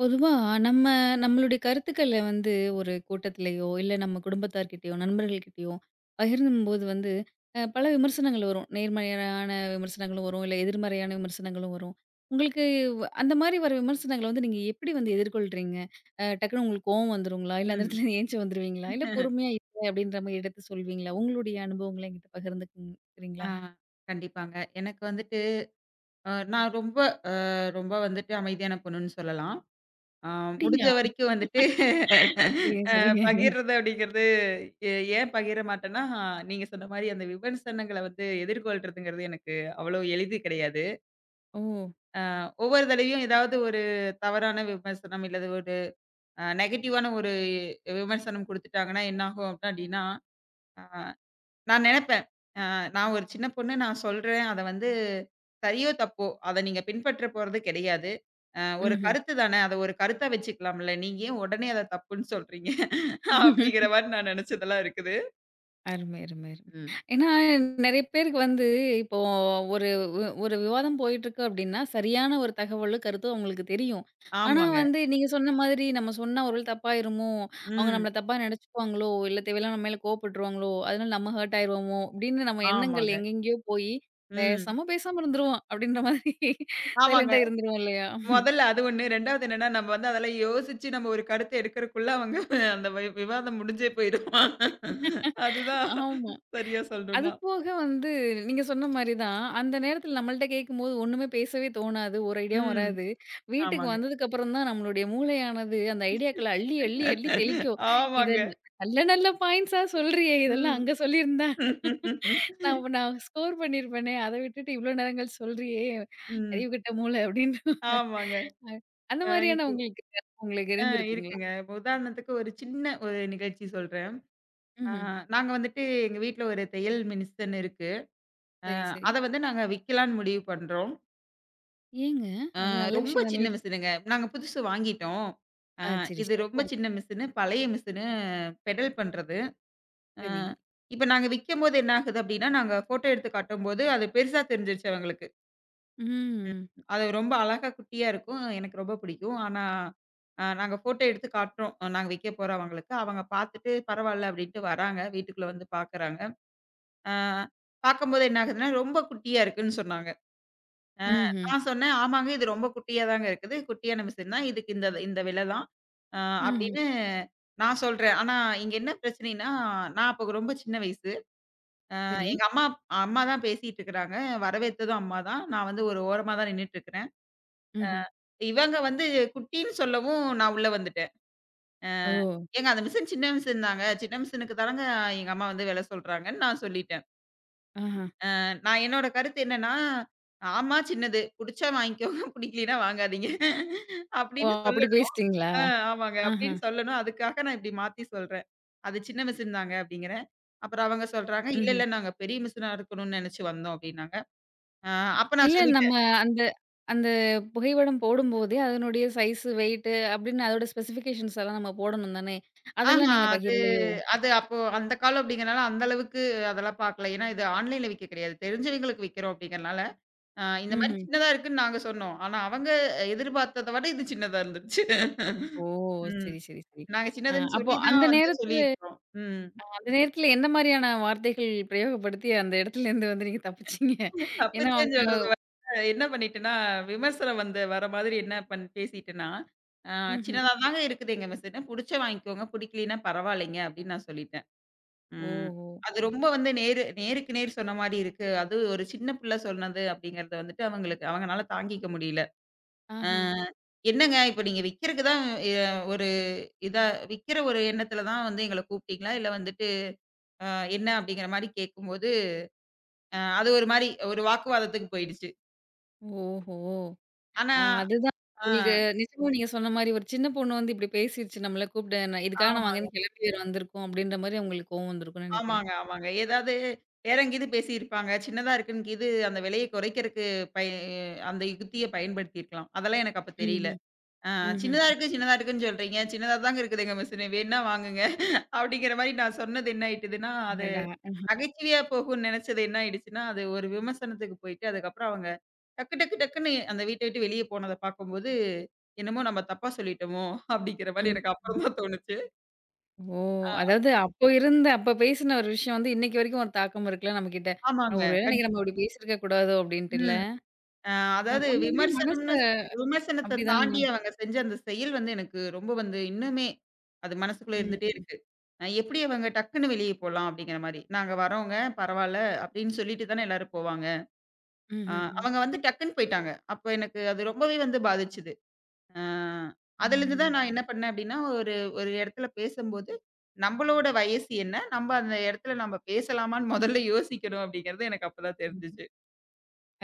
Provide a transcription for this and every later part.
பொதுவா நம்ம நம்மளுடைய கருத்துக்கள வந்து ஒரு கூட்டத்திலேயோ, இல்ல நம்ம குடும்பத்தார்கிட்டயோ, நண்பர்கள்கிட்டயோ பகிரும்போது வந்து பல விமர்சனங்கள் வரும். நேர்மறையான விமர்சனங்களும் வரும். இல்ல எதிர்மறையான விமர்சனங்களும் வரும். உங்களுக்கு அந்த மாரி வர விமர்சனங்கள வந்து நீங்க எப்படி வந்து எதிர்கொள்றீங்க? டக்குனு உங்களுக்கு கோவம் வந்துருங்களா? இல்ல அந்த ம். இடத்துல எந்திச்சு வந்துருவீங்களா? இல்ல பொறுமையா இல்ல அப்படின்ற மாரி எடுத்து சொல்வீங்களா? உங்களுடைய அனுபவங்கள என்கிட்ட ஆ பகிர்ந்துக்கிறீங்களா? கண்டிப்பாங்க. எனக்கு வந்துட்டு அ நான் ரொம்ப அ ரொம்ப வந்துட்டு அமைதியான பொண்ணுன்னு சொல்லலாம். ஆ முடிஞ்ச அப்படிங்களா? வரைக்கும் வந்துட்டு சரிங்க, அ சரிங்க. பகிர்றது அப்படிங்கிறது எ ஏன் பகிர மாட்டேன்னா, நீங்க சொன்ன மாரி அந்த விமர்சனங்கள வந்து எதிர்கொள்றதுங்கிறது எனக்கு அவ்வளோ எளிது கிடையாது. ஓ! அ ஒவ்வொரு தடவையும் ஏதாவது ஒரு தவறான விமர்சனம், இல்லது ஒரு நெகட்டிவான ஒரு விமர்சனம் குடுத்துட்டாங்கன்னா என்னாகும் அப்படின்னா, அ நான் நெனப்பேன். அ நான் ஒரு சின்ன பொண்ணு நான் சொல்றேன். அத வந்து சரியோ? தப்போ? அத நீங்க பின்பற்ற போறது கிடையாது. ஒரு ம்ஹ்ம். கருத்து தானே. அத ஒரு கருத்தா வச்சுக்கலாம்ல. நீங்க ஏன் உடனே அத தப்புன்னு சொல்றீங்க? அப்படிங்கிற மாரி நான் நெனச்சதெல்லாம் இருக்குது. அருமை, அருமை, அருமை. ம். ஏன்னா நெறைய பேருக்கு வந்து இப்போ ஒரு ஒரு விவாதம் போயிட்டுருக்கு அப்டின்னா, சரியான ஒரு தகவலோ, கருத்தோ அவங்களுக்கு தெரியும். ஆனா ஆமாங்க. வந்து நீங்க சொன்ன மாதிரி நம்ம சொன்னா ஒரு வேள தப்பாயிருமோ, அவங்க ம். நம்மள தப்பா நெனச்சுக்குவாங்களோ, இல்ல தேவையில்லாம நம்ம மேல கோவப்பட்டுருவாங்களோ, அதனால நம்ம ஹர்ட் ஆயிருவோமோ அப்டின்னு நம்ம எண்ணங்கள் ஆமாங்க. எங்கெங்கேயோ போயி, ம். பேசாம பேசாம இருந்துருவோம் அப்டின்ற மாதிரி ஆமாங்க. சைலண்டா இருந்துருவோம் இல்லையா? மொதல்ல அது ஒண்ணு. 2வது என்னன்னா, நம்ம வந்து அதெல்லாம் யோசிச்சு நம்ம ஒரு கருத்த எடுக்கறக்குள்ள அவங்க அந்த விவாதம் முடிஞ்சே போயிரும். அதுதான் ஆமா. சரியா அது சொல்லணும்னா. போக வந்து நீங்க சொன்ன மாரி தான். அந்த நேரத்தில நம்மள்ட்ட கேட்கும்போது ஒண்ணுமே பேசவே தோணாது. ஒரு ஐடியாவும் ம். வராது. வீட்டுக்கு ஆமாங்க. வந்ததுக்கப்புறம் தான் நம்மளுடைய மூளையானது அந்த ஐடியாக்கள அள்ளி, அள்ளி, அள்ளி தெளிக்கும். இத ஆமாங்க. நல்ல நல்ல பாயிண்ட்ஸா சொல்றியே! இதெல்லாம் ம். அங்க சொல்லியிருந்தா நான் நான் ஸ்கோர் பண்ணியிருப்பேனே! அத விட்டுட்டு இவ்ளோ நேரங்கள் சொல்றியே! ம். அறிவுகெட்ட மூளை அப்டின்ற ஆமாங்க. அந்த அ மாரியான இப்போ உங்களுக்கு உங்களுக்கு அ இருந்திருக்குங்களா? இருக்குங்க. இப்ப உதாரணத்துக்கு ஒரு சின்ன ஒரு நிகழ்ச்சி சொல்றேன். அ ம்ஹ்ம். நாங்க வந்துட்டு எங்க வீட்ல ஒரு தையல் மிஷின் இருக்கு. அ சரி, சரி. அத வந்து நாங்க விக்கலான்னு முடிவு பண்றோம். ஏங்க? அ அது நல்ல ரொம்ப விஷயம் தானே சின்ன வீட்ல. மிஷினுங்க. நாங்க புதுசு வாங்கிட்டோம். அ ஆ சரி, இது சரி. ரொம்ப ஓ! சின்ன மிஷினு, பழைய மிஷினு பெடல் பண்றது. அ சரி. இப்ப நாங்க விக்கும்போது என்ன ஆகுது அப்டின்னா, நாங்க ஃபோட்டோ எடுத்து காட்டும்போது அது பெருசா தெரிஞ்சிருச்சு அவங்களுக்கு. ம். அது ரொம்ப அழகா குட்டியா இருக்கும். எனக்கு ரொம்ப பிடிக்கும். ஆனா, நாங்க ஃபோட்டோ எடுத்து காட்டுறோம். நாங்க வைக்க போறோம் அவங்களுக்கு. அவங்க பார்த்துட்டு பரவால்ல அப்படின்ட்டு வராங்க. வீட்டுக்குள்ள வந்து பார்க்குறாங்க. அ பார்க்கும்போது என்ன ஆகுதுன்னா, ரொம்ப குட்டியா இருக்குன்னு சொன்னாங்க. அ ம்ஹ்ம். நான் சொன்னேன், "ஆமாங்க இது ரொம்ப குட்டியா தாங்க இருக்குது. குட்டியான மிஷின் தான். இதுக்கு இந்த இந்த விலை தான்." அ ம்ஹ்ம். அப்படின்னு நான் சொல்றேன். ஆனா இங்க என்ன பிரச்சனைன்னா, நான் அப்போ ரொம்ப சின்ன வயசு. சரி. எங்க அம்மா அம்மா தான் பேசிட்டு இருக்கிறாங்க. வரவேத்ததும் அம்மா தான். நான் வந்து ஒரு ஓரமா தான் நின்னுட்டு இருக்கிறேன். ம்ஹ்ம். இவங்க வந்து குட்டின்னு சொல்லவும் நான் உள்ள வந்துட்டேன். அ ஓ! "ஏங்க அந்த மிஷின் சின்ன மிஷின் தாங்க. சின்ன மிஷினுக்கு தானங்க எங்க அம்மா வந்து விலை சொல்றாங்கன்னு" நான் சொல்லிட்டேன். ஆஹா. நான் என்னோட கருத்து என்னன்னா, "ஆமா சின்னது. புடிச்சா வாங்கிக்கோங்க. புடிக்கலைன்னா வாங்காதீங்க." ஓ! அப்படின்னு அப்படி சொல்லணும். பேசிட்டீங்களா? அ ஆமாங்க. ஆஹா. அப்படின்னு சொல்லணும். அதுக்காக நான் இப்படி மாத்தி சொல்றேன். "அது சின்ன மிஷின் தாங்க" அப்படிங்கிறேன். அப்புறம் அவங்க சொல்றாங்க, "இல்ல, ம்ஹ்ம். இல்ல நாங்க பெரிய மிஷினா இருக்கணும்னு நினைச்சு வந்தோம்" அப்படின்னாங்க. அ அப்ப நான் இல்ல சொல்லி நம்ம அந்த அந்த புகைப்படம் போடும்போதே அதனுடைய சைஸ், வெயிட் அப்படின்னு அதோட ஸ்பெசிஃபிகேஷன்ஸ் எல்லாம் நம்ம போடணும் தானே! அதெல்லாம் ஆஹா. நீங்க அது பகிரலையோ? அது அப்போ அந்த காலம் அப்படிங்கிறனால, அந்த அளவுக்கு அதெல்லாம் பார்க்கல. ஏன்னா, இது ஆன்லைன்ல விக்க கிடையாது. தெரிஞ்சவங்களுக்கு விக்கிறோம் அப்படிங்கிறனால, இந்த மாரி ம்ஹ்ம். சின்னதா இருக்குன்னு நாங்க சொன்னோம். ஆனா, அவங்க எதிர்பார்த்தத விட இது சின்னதா இருந்துச்சு. ஓ! ம். சரி, சரி, சரி. நாங்க சின்னதுன்னு அப்போ சொல்லி அந்த தான் வந்து நேரத்தில சொல்லியிருக்கிறோம். ம். அந்த நேரத்தில எந்த மாரியான வார்த்தைகள் பிரயோகப்படுத்தி அந்த இடத்துலேருந்து வந்து நீங்க தப்பிச்சீங்க? ஏன்னா அவங்க. தப்பிச்சேன்னு சொல்றது வந்து என்ன பண்ணிட்டேன்னா, விமர்சனம் வந்து வர மாதிரி என்ன பேசிட்டேன்னா, அ ம்ஹ்ம். சின்னதா தாங்க இருக்குது எங்க மிஸ்ஸுன்னு. புடிச்சா வாங்கிக்கோங்க, புடிக்கலைன்னா பரவாயில்லைங்க அப்படின்னு நான் சொல்லிட்டேன். ம். ஓஹோ! அது ரொம்ப வந்து நேரு நேருக்கு நேர் சொன்ன மாரி இருக்கு. அது ஒரு சின்ன பிள்ளை சொன்னது அப்படிங்கிறது வந்துட்டு அவங்களுக்கு அவங்கனால தாங்கிக்க முடியல. அ ஆஹா. என்னங்க இப்ப நீங்க விக்கிறக்கு தான் எ ஒரு இதா விக்கிற ஒரு எண்ணத்துல தான் வந்து எங்கள கூப்பிட்டீங்களா? இல்ல வந்துட்டு அ என்ன அப்படிங்கிற மாரி கேட்கும்போது, அது ஒரு மாரி ஒரு வாக்குவாதத்துக்கு போயிடுச்சு. ஓஹோ! ஆனா ஆ அதுதான். ஆ நீங்க நிஜமா நீங்க சொன்ன மாரி ஒரு சின்ன பொண்ணு வந்து இப்டி பேசிருச்சு நம்மள கூப்ட்டு, நான் இதுக்காக நம்ம ஆமாங்க, அங்கேருந்து கிளம்பி வேற வந்திருக்கோம் அப்டின்ற மாரி அவங்களுக்கு கோவம் வந்திருக்கும்னு நெனைக்கிறேன். ஆமாங்க, ஆமாங்க. ஏதாவது வேறங்கீது பேசியிருப்பாங்க. சின்னதா இருக்குன்னுகீது அந்த விலைய குறைக்கிறக்கு பய அந்த யுக்திய பயன்படுத்தியிருக்கலாம். அதெல்லாம் எனக்கு அப்ப தெரியல. ம்ஹ்ம். ஆ ம்ஹ்ம். சின்னதா இருக்கு சின்னதா இருக்குன்னு சொல்றீங்க. சின்னதா தாங்க இருக்குது எங்க மிஷினு. வேணுனா வாங்குங்க. அப்படிங்கிற மாரி நான் சொன்னது என்ன ஆயிட்டுதுன்னா, அது அடடா! அஹ. நகைச்சுவையா போகும்ன்னு நெனச்சது என்ன ஆயிடுச்சுன்னா, அது ஒரு விமர்சனத்துக்கு போயிட்டு, அதுக்கப்புறம் அவங்க டக்கு டக்கு டக்குன்னு அந்த வீட்ட விட்டு வெளிய போனத பார்க்கும்போது, என்னமோ நம்ம தப்பா சொல்லிட்டோமோ! அப்படிங்கிற மாரி ம். எனக்கு அப்புறம் தான் தோணுச்சு. ஓ! அதாவது அப்போ இருந்த அப்ப பேசின ஒரு விஷயம் வந்து இன்னைக்கு வரைக்கும் ஒரு தாக்கம் இருக்குல்ல நம்மகிட்ட. ஆமாங்க. ஒரு வேள இன்னைக்கு நம்ம கண்டிப்பா. இப்டி பேசியிருக்க கூடாதோ அப்டின்ட்டுல்ல. ம். அ நம்ம அதாவது நம்மளுடைய மனச விமர்சனம்னு விமர்சனத்த அப்டிதாங்க. தாண்டி அவங்க செஞ்ச அந்த செயல் வந்து எனக்கு ரொம்ப வந்து இன்னுமே அது மனசுக்குள்ள இருந்துட்டே ம். இருக்கு. எப்படி அவங்க டக்குன்னு வெளியே போலாம் அப்படிங்கிற மாரி. "நாங்க வரோங்க, பரவால்ல" அப்படின்னு சொல்லிட்டு தானே எல்லாரும் போவாங்க. அ ம்ஹ்ம். அவங்க வந்து டக்குன்னு போயிட்டாங்க. அப்ப எனக்கு அது ரொம்பவே வந்து பாதிச்சது. அ அதுலருந்து தான் ம். நான் என்ன பண்ணேன் அப்படின்னா, ஒரு ஒரு இடத்துல பேசம்போது, நம்பளோட வயசு என்ன? நம்ப அந்த இடத்துல நம்ப பேசலாமான்னு முதல்ல யோசிக்கணும் அப்படிங்கிறது எனக்கு அப்பதான் தெரிஞ்சுச்சு.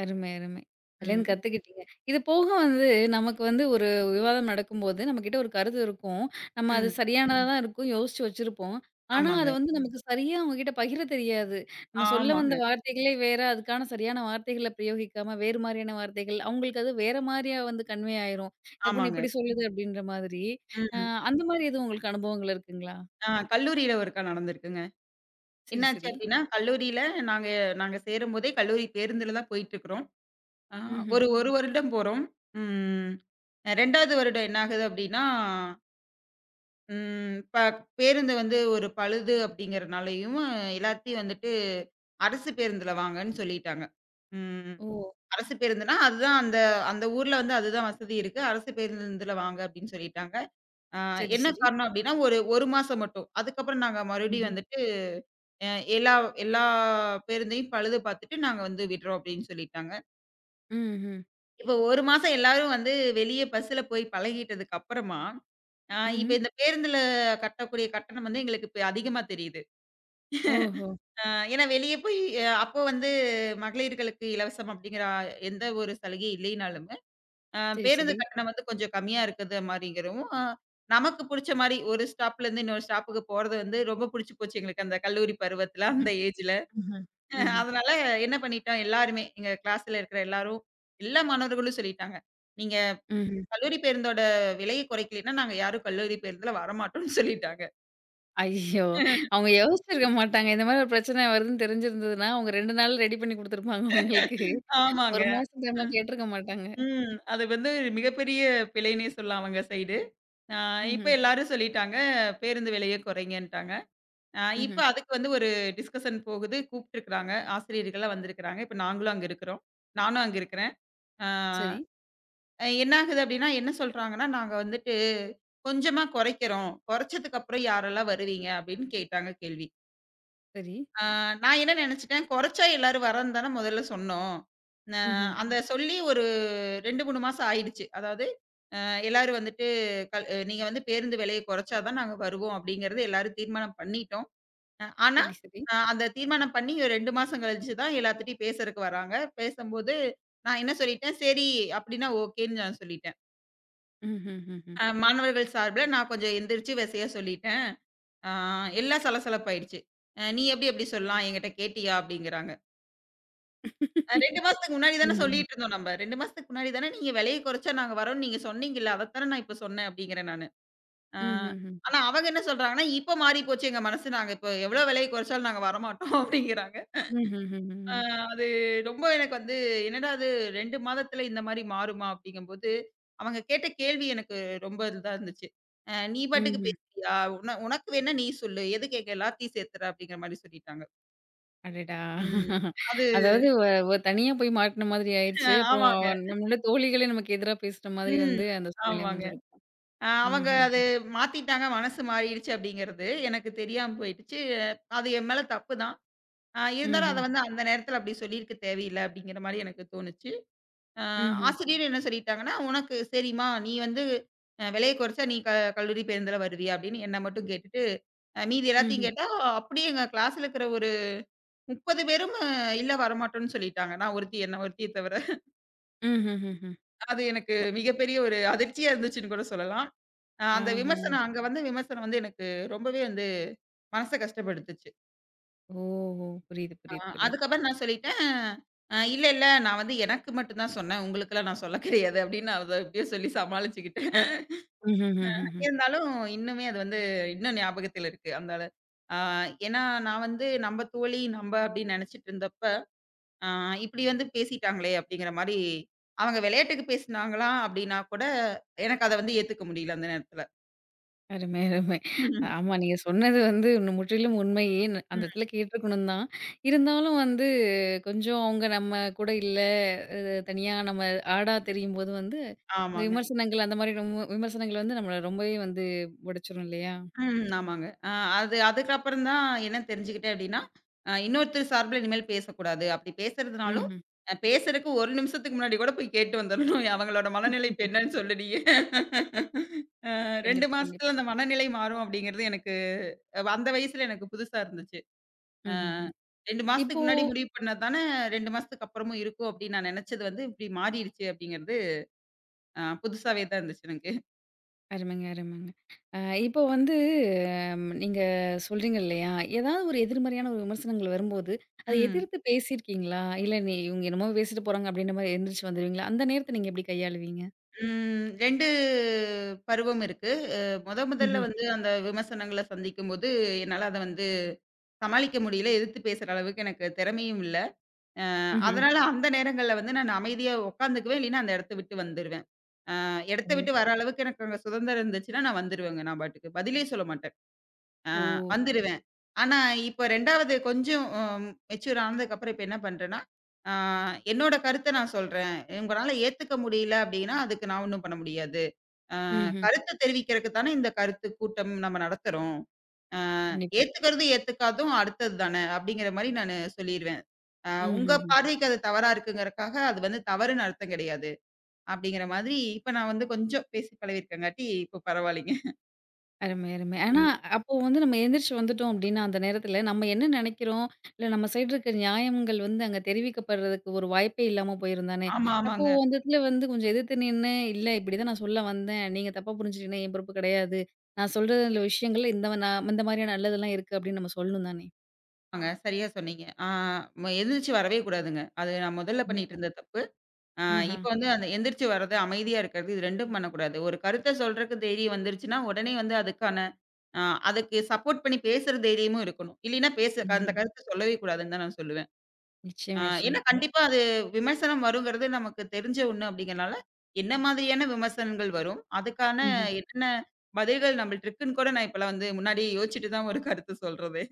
அருமை, அருமை. அதுலேருந்து ம். கத்துக்கிட்டீங்க. இது போக வந்து நமக்கு வந்து ஒரு விவாதம் நடக்கும்போது, நம்மகிட்ட ஒரு கருத்து இருக்கும். நம்ம அது ம். சரியானதா ம். தான் இருக்கும். யோசிச்சு வச்சிருப்போம். ஆனா, ஆமாங்க. அது வந்து ம். நமக்கு சரியா அவங்க கிட்ட பகிர தெரியாது. நம்ம சொல்ல வந்த ஆமாங்க. வார்த்தைகளே வேற, அதுக்கான சரியான வார்த்தைகள பிரயோகிக்காம, வேறு மாரியான வார்த்தைகள், அவங்களுக்கு அது வேற மாரியா வந்து கன்வே ஆயிரும். இந்த பொண்ணு ஆமாங்க. இப்படி ம். சொல்லுது அப்படின்ற மாதிரி. அ ம். அந்த மாரி எதுவும் உங்களுக்கு அனுபவங்கள் இருக்குங்களா? கல்லூரியில ஒருக்கா நடந்திருக்குங்க. சரி, என்னாச்சு சரி. அப்டின்னா, கல்லூரியில நாங்க நாங்க சேரும்போதே கல்லூரி பேருந்துல தான் போயிட்டுருக்கிறோம். ஆ ம்ஹ்ம். ஒரு 1 வருடம் போறோம். ம். 2வது வருடம் என்ன ஆகுது அப்டின்னா, ம் ப பேருந்து வந்து ஒரு பழுது அப்டிங்கிறனாலயும், எல்லாத்தையும் வந்துட்டு அரசு பேருந்துல வாங்கன்னு சொல்லிட்டாங்க. ம். ஓ! அரசு பேருந்துனா, அதுதான் அந்த அந்த ஊர்ல வந்து அதுதான் வசதி இருக்கு. அரசு பேருந்துல வாங்க அப்டின்னு சொல்லிட்டாங்க. ஆ சரி, என்ன சரி. காரணம் அப்டின்னா, ஒரு 1 மாசம் மட்டும். அதுக்கப்புறம் நாங்க மறுபடியும் ம்ஹ்ம். வந்துட்டு, அ எல்லா எல்லா பேருந்தையும் பழுது பார்த்துட்டு நாங்க வந்து விடுறோம் அப்டின்னு சொல்லிட்டாங்க. ம்ஹ்ம். இப்ப 1 மாசம் எல்லாரும் வந்து வெளிய பஸ்ல போய் பழகிட்டதுக்கு அப்புறமா, இப்ப ம்ஹ்ம். இந்த பேருந்துல கட்டக்கூடிய கட்டணம் வந்து எங்களுக்கு இப்ப அதிகமா தெரியுது. ஓஹோ! அ ஏன்னா வெளிய போய் அப்போ வந்து மகளிர்களுக்கு இலவசம் அப்டிங்கிற எந்த ஒரு சலுகையும் இல்லைனாலும் சரி, பேருந்து சரி. கட்டணம் வந்து கொஞ்சம் கம்மியா இருக்குது மாரிங்கிறவும், நமக்கு புடிச்ச மாரி ஒரு ஸ்டாப்ல இருந்து இன்னொரு ஸ்டாப்புக்கு போறது வந்து ரொம்ப புடிச்சு போச்சு எங்களுக்கு அந்த கல்லூரி பருவத்துல, அந்த ஏஜ்ல. ம்ஹ்ம். ம்ஹ்ம். அதனால என்ன பண்ணிட்டோம் எல்லாருமே, எங்க கிளாஸ்ல இருக்கிற எல்லாரும், எல்லா மாணவர்களும் சொல்லிட்டாங்க. "நீங்க ம்ஹ்ம். கல்லூரி பேருந்தோட விலைய குறைக்கலைன்னா, நாங்க யாரும் கல்லூரி பேருந்துல வரமாட்டோம்ன்னு" சொல்லிட்டாங்க. ஐயோ! அவங்க யோசிச்சிருக்க மாட்டாங்க. இந்த மாரி ஒரு பிரச்சனை வருதுன்னு தெரிஞ்சிருந்ததுன்னா, அவங்க 2 நாள்ல ரெடி பண்ணி குடுத்துருப்பாங்க உங்களுக்கு. 1 ஆமாங்க. மாசம் டைம்லாம் கேட்டுருக்க மாட்டாங்க. ம். அது வந்து ஒரு மிகப்பெரிய பிழைன்னே சொல்லலாம் அவங்க சைடு. அ இப்ப ம்ஹ்ம். எல்லாரும் சொல்லிட்டாங்க, "பேருந்து விலைய குறைங்கன்ட்டாங்க." இப்ப ம்ஹ்ம். அதுக்கு வந்து ஒரு டிஸ்கஷன் போகுது. கூப்ட்டுருக்காங்க. ஆசிரியர்கள்லாம் வந்திருக்கிறாங்க. இப்ப நாங்களும் அங்க இருக்கிறோம். நானும் அங்க இருக்கிறேன். ஆ சரி, என்ன ஆகுது அப்டின்னா, என்ன சொல்றாங்கன்னா, "நாங்க வந்துட்டு கொஞ்சமா குறைக்கிறோம். குறைச்சதுக்கு அப்புறம் யாரெல்லாம் வருவீங்க?" அப்படின்னு கேட்டாங்க கேள்வி. சரி. ஆ நான் என்ன நெனச்சுட்டேன், குறைச்சா எல்லாரும் வரேன்னு தானே முதல்ல சொன்னோம். அ ம்ஹ்ம். அந்த சொல்லி ஒரு 2, 3 மாசம் ஆயிடுச்சு. அதாவது அ எல்லாரும் வந்துட்டு கல் "நீங்க வந்து பேருந்து விலைய குறைச்சா தான் நாங்க வருவோம்" அப்படிங்கிறது எல்லாரும் தீர்மானம் பண்ணிட்டோம். ஆனா, சரி, சரி. அந்த தீர்மானம் பண்ணி 2 மாசம் கழிச்சு தான் எல்லாத்துட்டயும் பேசறக்கு வராங்க. பேசம்போது நான் என்ன சொல்லிட்டேன், சரி அப்டின்னா ஓகேன்னு நான் சொல்லிட்டேன். ம்ஹ்ஹ்ஹ்ம். மாணவர்கள் சார்புல நான் கொஞ்சம் எந்திரிச்சு வெசையா சொல்லிட்டேன். ஆ எல்லாம் சலசலப்பாயிடுச்சு. "நீ எப்டி அப்டி சொல்லலாம்? என்கிட்ட கேட்டியா?" அப்டிங்கிறாங்க. 2 மாசத்துக்கு முன்னாடி தான ம்ஹ்ஹ்ம். சொல்லிட்டுருந்தோம் நம்ம. 2 மாசத்துக்கு முன்னாடி தான நீங்க விலைய குறைச்சா நாங்க வரோம்னு நீங்க சொன்னீங்கல்ல. அதத்தான நான் இப்ப சொன்னேன் அப்டிங்கிறேன் நானு. அ ம்ஹ்ஹ்ம். ஆனா அவங்க என்ன சொல்றாங்கன்னா, "இப்ப மாறி போச்சு எங்க மனசு. நாங்க இப்ப எவ்ளோ விலைய குறைச்சாலும் நாங்க வரமாட்டோம்" அப்டிங்கிறாங்க. ஆ ம்ஹ்ஹ்ஹ்ம். அது ரொம்ப எனக்கு வந்து, என்னடா இது 2 மாதத்துல இந்த மாரி மாறுமா? அப்படிங்கும்போது, அவங்க கேட்ட கேள்வி எனக்கு ரொம்ப இதா இருந்துச்சு. "நீ பாட்டுக்கு ம்ஹ்ம். பேசுறியா? உனக்கு வேணா நீ சொல்லு. எதுக்கு எங்க எல்லாத்தையும் சேர்த்துற?" அப்படிங்கிற மாரி சொல்லிட்டாங்க. அடடா! ம். அது அதாவது வ வ தனியா போய் மாட்டுன மாதிரி அ ஆயிருச்சு. அப்புறம் ஆமாங்க. அவ நம்மளோட தோழிகளே நமக்கு எதிரா பேசுற மாதிரி ம். வந்து அந்த சூழ்நிலை ஆமாங்க. அமைஞ்சிருக்கும். அவங்க ம்ஹ்ஹ்ம். அது மாத்திட்டாங்க, மனசு மாறிடுச்சு அப்படிங்கிறது எனக்கு தெரியாம போயிடுச்சு. அது என் மேல தப்பு தான். இருந்தாலும் அத ம்ஹ்ம். வந்து அந்த நேரத்துல அப்படி சொல்லியிருக்க தேவையில்ல அப்படிங்கிற மாரி எனக்கு தோணுச்சு. அ ம்ஹ்ம். ஆசிரியர் என்ன சொல்லிட்டாங்கன்னா, "உனக்கு சரிம்மா, நீ வந்து விலைய குறைச்சா நீ கல்லூரி பேருந்துல வருவியா?" அப்படின்னு என்ன மட்டும் கேட்டுட்டு, மீதி எல்லாத்தையும் ம்ஹ்ம். கேட்டா, அப்படியே எங்க கிளாஸ்ல இருக்கிற ஒரு 30 பேரும் "இல்ல வரமாட்டோம்ன்னு" சொல்லிட்டாங்க. நான் ஒருத்தி ஒருத்திய தவிர. ம்ஹ்ஹ்ஹ்ம். அது எனக்கு மிகப்பெரிய ஒரு அதிர்ச்சியா இருந்துச்சுன்னு கூட சொல்லலாம். அ அந்த ஆஹ. விமர்சனம் அங்க வந்த விமர்சனம் வந்து எனக்கு ரொம்பவே வந்து மனச கஷ்டப்படுத்துச்சு. ஓஹோ! புரியுது, அ புரியுது, புரியுது. அதுக்கப்புறம் நான் சொல்லிட்டேன், இல்ல, இல்ல நான் வந்து எனக்கு மட்டும் தான் சொன்னேன். உங்களுக்கெல்லாம் நான் சொல்ல கிடையாது" அப்படின்னு நான் அத அப்படியே சொல்லி சமாளிச்சுக்கிட்டேன். ம்ஹ்ஹ்ஹ்ம். இருந்தாலும் இன்னுமே அது வந்து இன்னும் ஞாபகத்துல இருக்கு. அந்த ஆ ஏன்னா நான் வந்து நம்ம தோழி நம்ப அப்படின்னு நினைச்சிட்டு இருந்தப்ப, ஆ இப்படி வந்து பேசிட்டாங்களே அப்படிங்கிற மாரி, அவங்க விளையாட்டுக்கு பேசினாங்களா அப்படின்னா கூட, எனக்கு அத வந்து ஏத்துக்க முடியல அந்த நேரத்துல. அருமை, அருமை. ம். ஆமா, நீங்க சொன்னது வந்து இன்னும் முற்றிலும் உண்மையே. அந்த இடத்துல ம், கேட்டுருக்கணும் தான். இருந்தாலும் வந்து கொஞ்சம் அவங்க நம்ம கூட இல்ல, அ தனியா நம்ம ஆடா தெரியும்போது வந்து, இந்த ஆமாங்க. விமர்சனங்கள் அந்த மாரி ரொம்ப விமர்சனங்கள் வந்து நம்மள ரொம்பவே வந்து உடைச்சிரும் இல்லையா? ம். ஆமாங்க. அ அது அதுக்கப்புறம் தான் என்ன தெரிஞ்சுக்கிட்டேன் அப்டின்னா, இன்னொருத்தர் சார்புல இனிமேல் பேசக்கூடாது. அப்டி பேசுறதுனாலும், ம்ஹ்ம். பேசுறதுக்கு 1 நிமிஷத்துக்கு முன்னாடி கூட போய் கேட்டு வந்துரணும். அவங்களோட மனநிலை இப்ப என்னன்னு சொல்லு நீயி. அ 2 கண்டிப்பா, கண்டிப்பா. மாசத்துல அந்த மனநிலை மாறும் அப்டிங்கிறது எனக்கு அந்த வயசுல எனக்கு புதுசா இருந்துச்சு. அ ம்ஹ்ஹ்ம். 2 இப்போ மாசத்துக்கு முன்னாடி முடிவு பண்ணது தானே 2 மாசத்துக்கு அப்புறமும் இருக்கும் அப்டின்னு நான் நெனச்சது வந்து இப்டி மாறிருச்சு அப்டிங்கிறது புதுசாவே தான் இருந்துச்சு எனக்கு. அருமைங்க, அருமைங்க. அ இப்போ வந்து அம், நீங்க சொல்றீங்க இல்லையா? ஏதாவது ஒரு எதிர்மறையான ஒரு விமர்சனங்கள் வரும்போது, அத ம். எதிர்த்து பேசியிருக்கீங்களா? இல்ல நீ இவங்க என்னமோ பேசிட்டு போறாங்க அப்படின்ற மாரி எந்திரிச்சு வந்துருவீங்களா? அந்த நேரத்த நீங்க எப்படி கையாளுவீங்க? ம். 2 பருவம் இருக்கு. அ மொத முதல்ல ம்ஹ்ம். வந்து அந்த விமர்சனங்கள சந்திக்கும்போது, என்னால அத வந்து சமாளிக்க முடியல. எதிர்த்து பேசுற அளவுக்கு எனக்கு திறமையும் இல்ல. ம்ஹ்ம். அதனால அந்த நேரங்கள்ல வந்து நான் அமைதியா உட்காந்துக்குவேன். இல்லைன்னா அந்த இடத்த விட்டு வந்துருவேன். இடத்த அருமை. விட்டு வர அளவுக்கு எனக்கு அங்க சுதந்திரம் இருந்துச்சுன்னா, நான் வந்துருவேங்க நான் பாட்டுக்கு. பதிலே சொல்ல மாட்டேன். அ ஓ! வந்துருவேன். ஆனா இப்ப 2வது கொஞ்சம் மெச்சூர் ஆனதுக்கப்புறம் இப்ப என்ன பண்றேன்னா, அ என்னோட கருத்த நான் சொல்றேன். உங்களால ஏத்துக்க முடியல அப்படின்னா, அதுக்கு நான் ஒண்ணும் பண்ண முடியாது. அ ம்ஹ்ம். கருத்து தெரிவிக்கிறக்கு தானே இந்த கருத்து கூட்டம் நம்ம நடத்துறோம். அ கண்டிப்பா. ஏத்துக்கறது ஏத்துக்காததும் அடுத்தது தானே! அப்பிடிங்கிற மாரி நானு சொல்லிருவேன். அ உங்க ம்ஹ்ம். பார்வைக்கு அது தவறா இருக்குங்கிறக்காக, அது வந்து தவறுன்னு அர்த்தம் கிடையாது. அப்பிடிங்கிற மாதிரி இப்ப நான் வந்து கொஞ்சம் பேசி பழகியிருக்கங்காட்டி, இப்போ பரவாயில்லைங்க. அருமை, அருமை. ஆனா, ம். அப்போ வந்து நம்ம எந்திரிச்சு வந்துட்டோம் அப்டின்னா, அந்த நேரத்துல நம்ம என்ன நெனைக்கிறோம், இல்ல நம்ம சைடு இருக்க நியாயங்கள் வந்து அங்க தெரிவிக்கப்படுறதுக்கு ஒரு வாய்ப்பே இல்லாம போயிரும் தானே! ஆமா, அப்போ ஆமாங்க. அந்த இடத்துல வந்து கொஞ்சம் எதிர்த்து நின்னு, "இல்ல இப்படிதான் நான் சொல்ல வந்தேன். நீங்க தப்பா புரிஞ்சுட்டீங்கன்னா என் பொறுப்பு கிடையாது. நான் சொல்றதுல விஷயங்கள்ல இந்த நான் இந்த மாரியான நல்லதெல்லாம் இருக்கு" அப்படின்னு நம்ம சொல்லணும் தானே! ஆமாங்க. சரியா சொன்னீங்க. ஆ ம எந்திரிச்சு வரவே கூடாதுங்க. அது நான் முதல்ல பண்ணிட்டு கண்டிப்பா. இருந்த தப்பு. அ ஆஹா. இப்ப வந்து அந்த எந்திரிச்சு வர்றது, அமைதியா இருக்கிறது, இது 2ம் பண்ணக்கூடாது. ஒரு கருத்த சொல்றக்கு தைரியம் வந்துருச்சுன்னா, உடனே வந்து அதுக்கான ஆ அதுக்கு சப்போர்ட் பண்ணி பேசுற தைரியமும் இருக்கணும். இல்லைன்னா பேச அந்த ம். கருத்த சொல்லவே கூடாதுன்னு தான் நான் சொல்லுவேன். ஆ நிச்சயமா, ஏன்னா நிச்சயமா. கண்டிப்பா அது விமர்சனம் வருங்கிறது நமக்கு தெரிஞ்ச ஒண்ணு அப்படிங்கிறனால, என்ன மாதிரியான விமர்சனங்கள் வரும்? அதுக்கான ம்ஹ்ம். என்னென்ன பதில்கள் நம்மள்ட்ட இருக்குன்னு கூட நான் இப்பலாம் வந்து முன்னாடியே யோசிச்சுட்டு தான் ஒரு கருத்து சொல்றதே.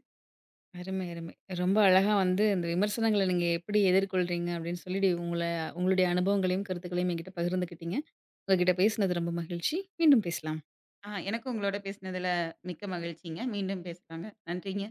அருமை, அருமை. ரொம்ப அழகா வந்து இந்த விமர்சனங்கள நீங்க எப்படி எதிர்கொள்றீங்க அப்படின்னு சொல்லிட்டு, உங்களுடைய அனுபவங்களையும், கருத்துக்களையும் என்கிட்ட பகிர்ந்துக்கிட்டீங்க. உங்ககிட்ட பேசினது ரொம்ப மகிழ்ச்சி. மீண்டும் பேசலாம். எனக்கும் உங்களோட பேசினதுல மிக்க மகிழ்ச்சிங்க. மீண்டும் பேசலாங்க. நன்றிங்க.